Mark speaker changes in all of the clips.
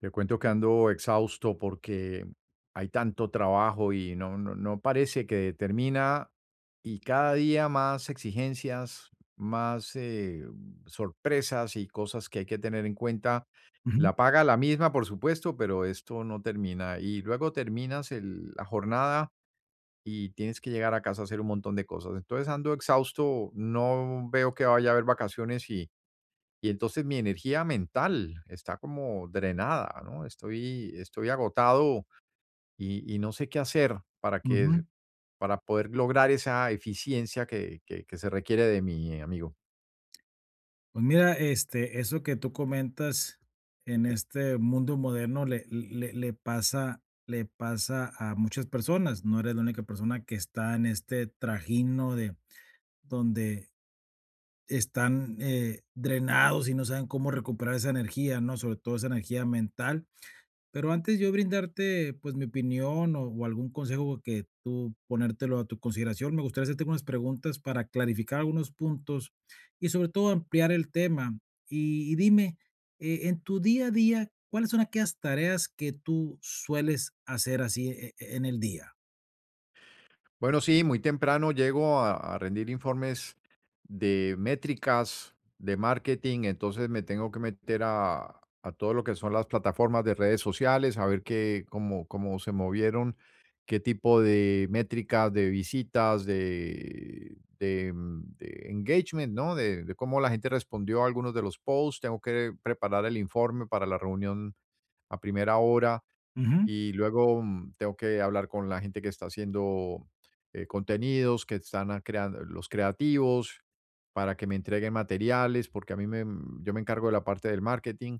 Speaker 1: Te cuento que ando exhausto porque hay tanto trabajo y no, no, no parece que termina y cada día más exigencias, más sorpresas y cosas que hay que tener en cuenta.
Speaker 2: Ujú,
Speaker 1: La paga la misma, por supuesto, pero esto no termina. Y luego terminas la jornada y tienes que llegar a casa a hacer un montón de cosas. Entonces ando exhausto, no veo que vaya a haber vacaciones y entonces mi energía mental está como drenada, ¿no? Estoy agotado y no sé qué hacer para
Speaker 2: ujú.
Speaker 1: que, para poder lograr esa eficiencia que se requiere de mi amigo.
Speaker 2: Pues mira, este, eso que tú comentas en este mundo moderno le pasa a muchas personas. No eres la única persona que está en este trajino de donde están drenados y no saben cómo recuperar esa energía, ¿no? Sobre todo esa energía mental. Pero antes yo brindarte, pues, mi opinión o algún consejo que tú ponértelo a tu consideración, me gustaría hacerte unas preguntas para clarificar algunos puntos y, sobre todo, ampliar el tema. Y dime, en tu día a día, ¿cuáles son aquellas tareas que tú sueles hacer así en el día?
Speaker 1: Bueno, sí, muy temprano llego a rendir informes de métricas, de marketing. Entonces me tengo que meter a todo lo que son las plataformas de redes sociales, a ver qué, cómo, cómo se movieron, qué tipo de métricas, de visitas, de engagement, ¿no? De cómo la gente respondió a algunos de los posts. Tengo que preparar el informe para la reunión a primera hora
Speaker 2: Ujú.
Speaker 1: y luego, tengo que hablar con la gente que está haciendo, contenidos, que están a creando los creativos, para que me entreguen materiales, porque a mí me mm, yo me encargo de la parte del marketing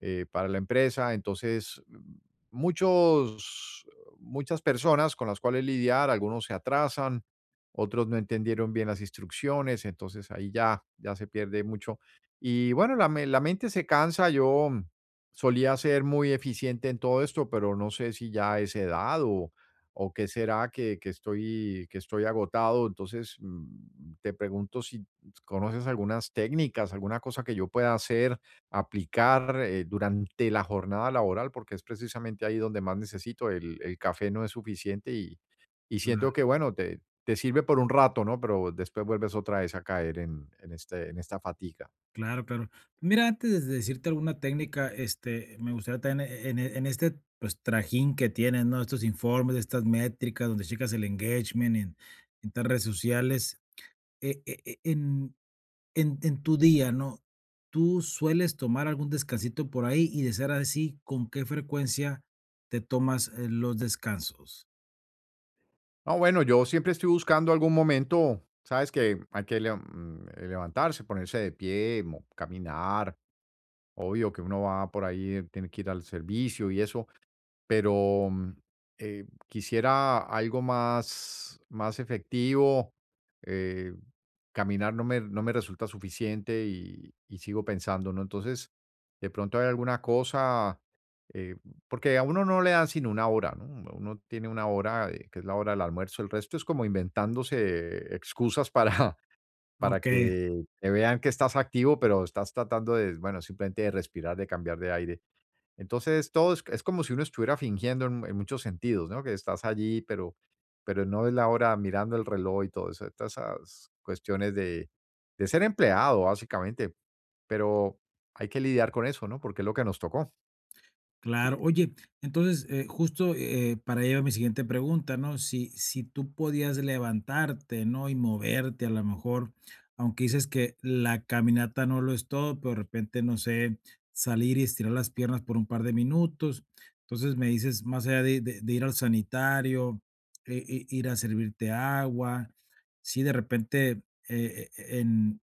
Speaker 1: para la empresa. Entonces, muchos, muchas personas con las cuales lidiar, algunos se atrasan, otros no entendieron bien las instrucciones, entonces ahí ya, ya se pierde mucho. Y bueno, la mente se cansa. Yo solía ser muy eficiente en todo esto, pero no sé si ya es edad o qué será que, que estoy agotado. Entonces, te pregunto si conoces algunas técnicas, alguna cosa que yo pueda hacer aplicar, durante la jornada laboral, porque es precisamente ahí donde más necesito. El café no es suficiente y siento que, bueno, te sirve por un rato, ¿no? Pero después vuelves otra vez a caer en en esta fatiga.
Speaker 2: Claro, claro. Mira, antes de decirte alguna técnica, este, me gustaría también en este pues trajín que tienes, ¿no? Estos informes, estas métricas donde checas el engagement en estas redes sociales, e- e- e- en, en tu día, ¿no? ¿Tú sueles tomar algún descansito por ahí? Y de ser así, ¿con qué frecuencia te tomas los descansos?
Speaker 1: No, bueno, yo siempre estoy buscando algún momento, ¿sabes? Que hay que levantarse, ponerse de pie, mo caminar. Obvio que uno va por ahí, tiene que ir al servicio y eso, pero quisiera algo más, más efectivo. eh, caminar no me resulta suficiente y sigo pensando, ¿no? Entonces, de pronto hay alguna cosa, eh, porque a uno no le dan sino una hora, ¿no? Uno tiene una hora, que es la hora del almuerzo, el resto es como inventándose excusas para, para
Speaker 2: Ok.
Speaker 1: que te vean que estás activo, pero estás tratando de, bueno, simplemente de respirar, de cambiar de aire. Entonces, todo es como si uno estuviera fingiendo en muchos sentidos, ¿no? Que estás allí, pero no es la hora, mirando el reloj y todo eso. Todas esas cuestiones de ser empleado, básicamente, pero hay que lidiar con eso, ¿no? Porque es lo que nos tocó.
Speaker 2: Claro. Oye, entonces, justo, para ello mi siguiente pregunta, ¿no? Si tú podías levantarte, ¿no? Y moverte, a lo mejor, aunque dices que la caminata no lo es todo, pero de repente, no sé, salir y estirar las piernas por un par de minutos. Entonces, me dices, más allá de ir al sanitario, i i ir a servirte agua, sí, de repente, e en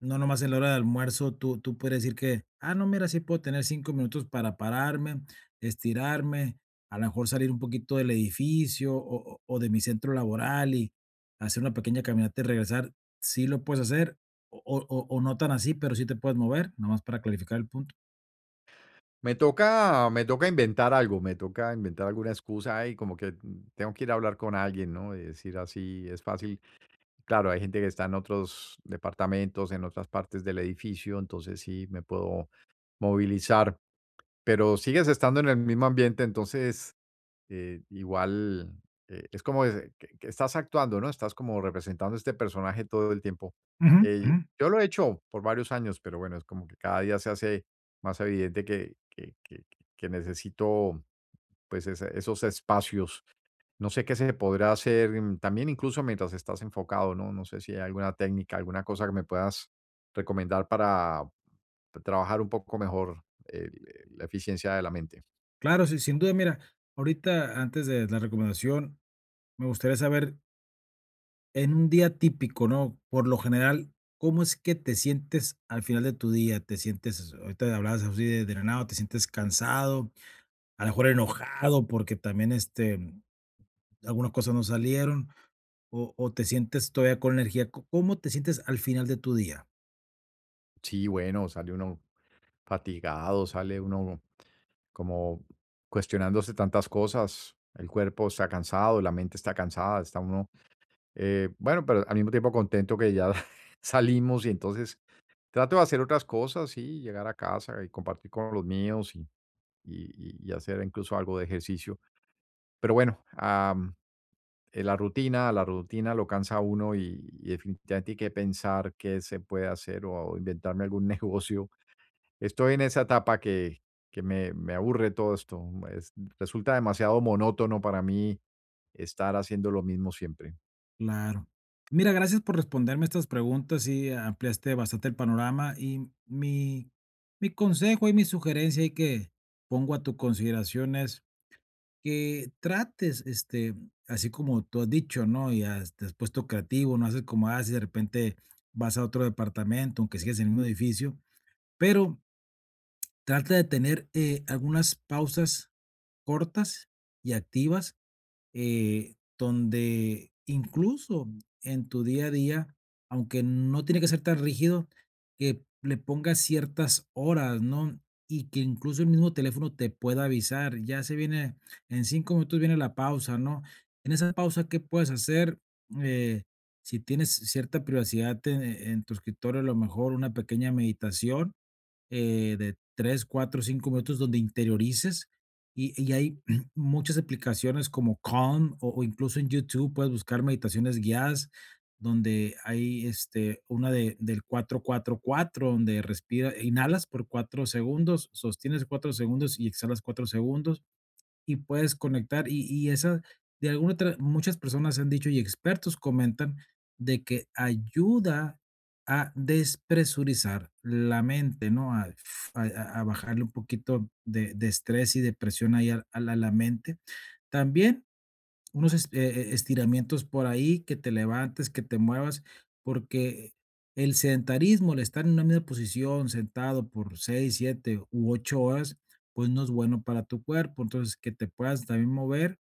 Speaker 2: no nomás en la hora de almuerzo, tú puedes decir que: "Ah, no, mira, sí puedo tener 5 minutos para pararme, estirarme, a lo mejor salir un poquito del edificio o de mi centro laboral y hacer una pequeña caminata y regresar". ¿Sí lo puedes hacer o no tan así, pero sí te puedes mover? Nomás para clarificar el punto.
Speaker 1: Me toca inventar algo, me toca inventar alguna excusa, y como que tengo que ir a hablar con alguien, ¿no? Y decir así es fácil. Claro, hay gente que está en otros departamentos, en otras partes del edificio, entonces sí me puedo movilizar. Pero sigues estando en el mismo ambiente. Entonces, igual, es como ese que estás actuando, ¿no? Estás como representando este personaje todo el tiempo.
Speaker 2: Ujú,
Speaker 1: Eh,
Speaker 2: ujú.
Speaker 1: yo lo he hecho por varios años, pero bueno, es como que cada día se hace más evidente que necesito, pues, esa esos espacios. No sé qué se podrá hacer, también incluso mientras estás enfocado, ¿no? No sé si hay alguna técnica, alguna cosa que me puedas recomendar para trabajar un poco mejor la eficiencia de la mente.
Speaker 2: Claro, sí, sin duda. Mira, ahorita, antes de la recomendación, me gustaría saber. En un día típico, ¿no? Por lo general, ¿cómo es que te sientes al final de tu día? ¿Te sientes, ahorita hablabas así de drenado, te sientes cansado, a lo mejor enojado porque también este, algunas cosas no salieron, o te sientes todavía con energía? ¿Cómo te sientes al final de tu día?
Speaker 1: Sí, bueno, sale uno fatigado, sale uno como cuestionándose tantas cosas. El cuerpo está cansado, la mente está cansada, está uno, bueno, pero al mismo tiempo contento que ya salimos. Y entonces trato de hacer otras cosas, sí, llegar a casa y compartir con los míos y y hacer incluso algo de ejercicio. Pero bueno, la rutina lo cansa a uno, y definitivamente hay que pensar qué se puede hacer o inventarme algún negocio. Estoy en esa etapa que me aburre todo esto, es resulta demasiado monótono para mí estar haciendo lo mismo siempre.
Speaker 2: Claro. Mira, gracias por responderme estas preguntas y ampliaste bastante el panorama y mi consejo y mi sugerencia y que pongo a tu consideración es que trates, este, así como tú has dicho, ¿no? Y has, te has puesto creativo, no haces como haces, de repente vas a otro departamento, aunque sigas en el mismo edificio, pero trata de tener algunas pausas cortas y activas donde incluso en tu día a día, aunque no tiene que ser tan rígido, que le pongas ciertas horas, ¿no? Y que incluso el mismo teléfono te pueda avisar, ya se viene, en 5 minutos viene la pausa, ¿no? En esa pausa, ¿qué puedes hacer? Eh, si tienes cierta privacidad en tu escritorio, a lo mejor una pequeña meditación de 3, 4, 5 minutos donde interiorices. Y hay muchas aplicaciones como Calm o incluso en YouTube puedes buscar meditaciones guiadas donde hay este, del 4-4-4 donde respira, inhalas por 4 segundos, sostienes 4 segundos y exhalas 4 segundos y puedes conectar. Y esa, de alguna otra muchas personas han dicho, y expertos comentan, de que ayuda a despresurizar la mente, ¿no? A bajarle un poquito de estrés y depresión presión ahí a la mente. También unos es estiramientos por ahí, que te levantes, que te muevas, porque el sedentarismo, el estar en una misma posición, sentado por 6, 7 u 8 horas, pues, no es bueno para tu cuerpo. Entonces, que te puedas también mover,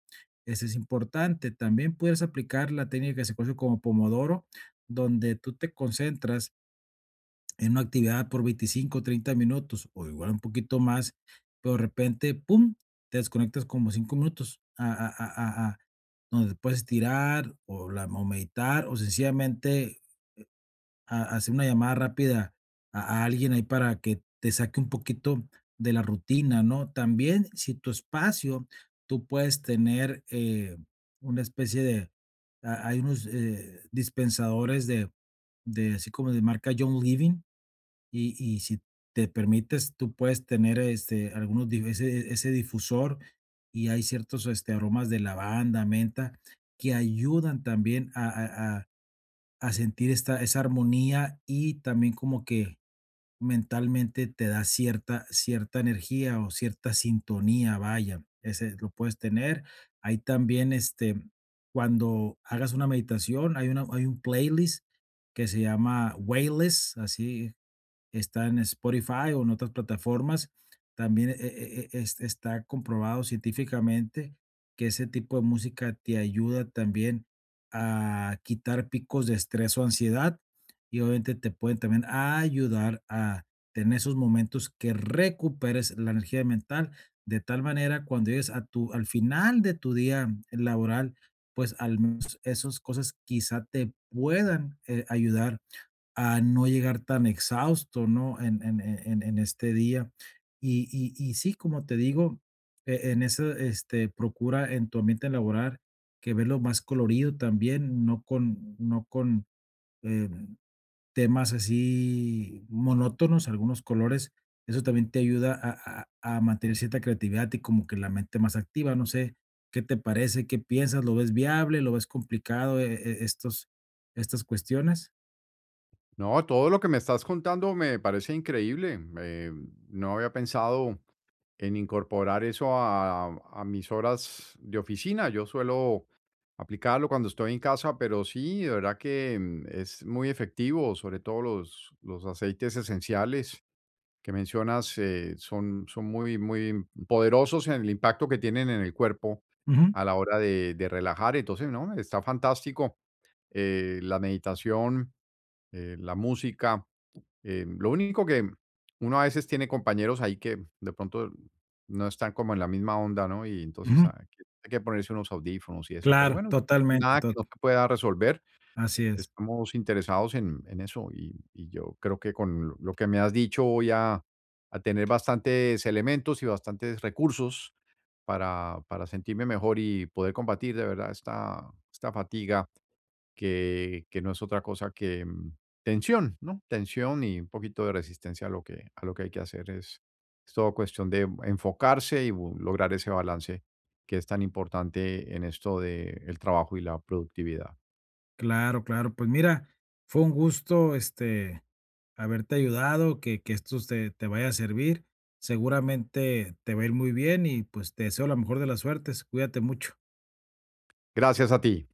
Speaker 2: eso es importante. También puedes aplicar la técnica que se conoce como pomodoro, donde tú te concentras en una actividad por 25, 30 minutos o igual un poquito más, pero de repente, pum, te desconectas como 5 minutos a donde te puedes estirar o la o meditar o sencillamente ha hacer una llamada rápida a alguien ahí para que te saque un poquito de la rutina, ¿no? También, si tu espacio, tú puedes tener, una especie de ha hay unos, dispensadores de así como de marca John Living, y si te permites, tú puedes tener, este, algunos di ese ese difusor, y hay ciertos, este, aromas de lavanda, menta, que ayudan también a sentir esta esa armonía, y también como que mentalmente te da cierta energía, o cierta sintonía, vaya, ese lo puedes tener. Hay también, este, cuando hagas una meditación, hay un playlist que se llama Waylist, así. Está en Spotify o en otras plataformas. También, es está comprobado científicamente que ese tipo de música te ayuda también a quitar picos de estrés o ansiedad, y obviamente te pueden también ayudar a tener esos momentos que recuperes la energía mental, de tal manera cuando llegues a tu al final de tu día laboral, pues, al menos esas cosas quizá te puedan, ayudar a no llegar tan exhausto, ¿no? En este día. Y sí, como te digo, en eso, este, procura en tu ambiente laboral que verlo más colorido también, no con em, temas así monótonos, algunos colores. Eso también te ayuda a mantener cierta creatividad y como que la mente más activa, no sé, ¿qué te parece? ¿Qué piensas? ¿Lo ves viable? ¿Lo ves complicado, e e estos estas cuestiones?
Speaker 1: No, todo lo que me estás contando me parece increíble. No había pensado en incorporar eso a mis horas de oficina. Yo suelo aplicarlo cuando estoy en casa, pero sí, de verdad que es muy efectivo, sobre todo los aceites esenciales que mencionas son, son muy, muy poderosos en el impacto que tienen en el cuerpo
Speaker 2: Ujú,
Speaker 1: a la hora de relajar. Entonces, no, está fantástico. La meditación, la música, lo único que uno a veces tiene compañeros ahí que de pronto no están como en la misma onda, ¿no? Y entonces,
Speaker 2: ujú.
Speaker 1: ah, que hay que ponerse unos audífonos y eso, pero
Speaker 2: Claro,
Speaker 1: bueno,
Speaker 2: totalmente,
Speaker 1: nada que
Speaker 2: tot
Speaker 1: no se pueda resolver.
Speaker 2: así es.
Speaker 1: Estamos interesados en eso, y yo creo que con lo que me has dicho voy a tener bastantes elementos y bastantes recursos para sentirme mejor y poder combatir de verdad esta, esta fatiga, que no es otra cosa que tensión, ¿no? Tensión y un poquito de resistencia a lo que hay que hacer. Es todo cuestión de enfocarse y lograr ese balance que es tan importante en esto del trabajo y la productividad.
Speaker 2: Claro, claro. Pues mira, fue un gusto, este, haberte ayudado, que esto te vaya a servir. Seguramente te va a ir muy bien y, pues, te deseo la mejor de las suertes. Cuídate mucho.
Speaker 1: Gracias a ti.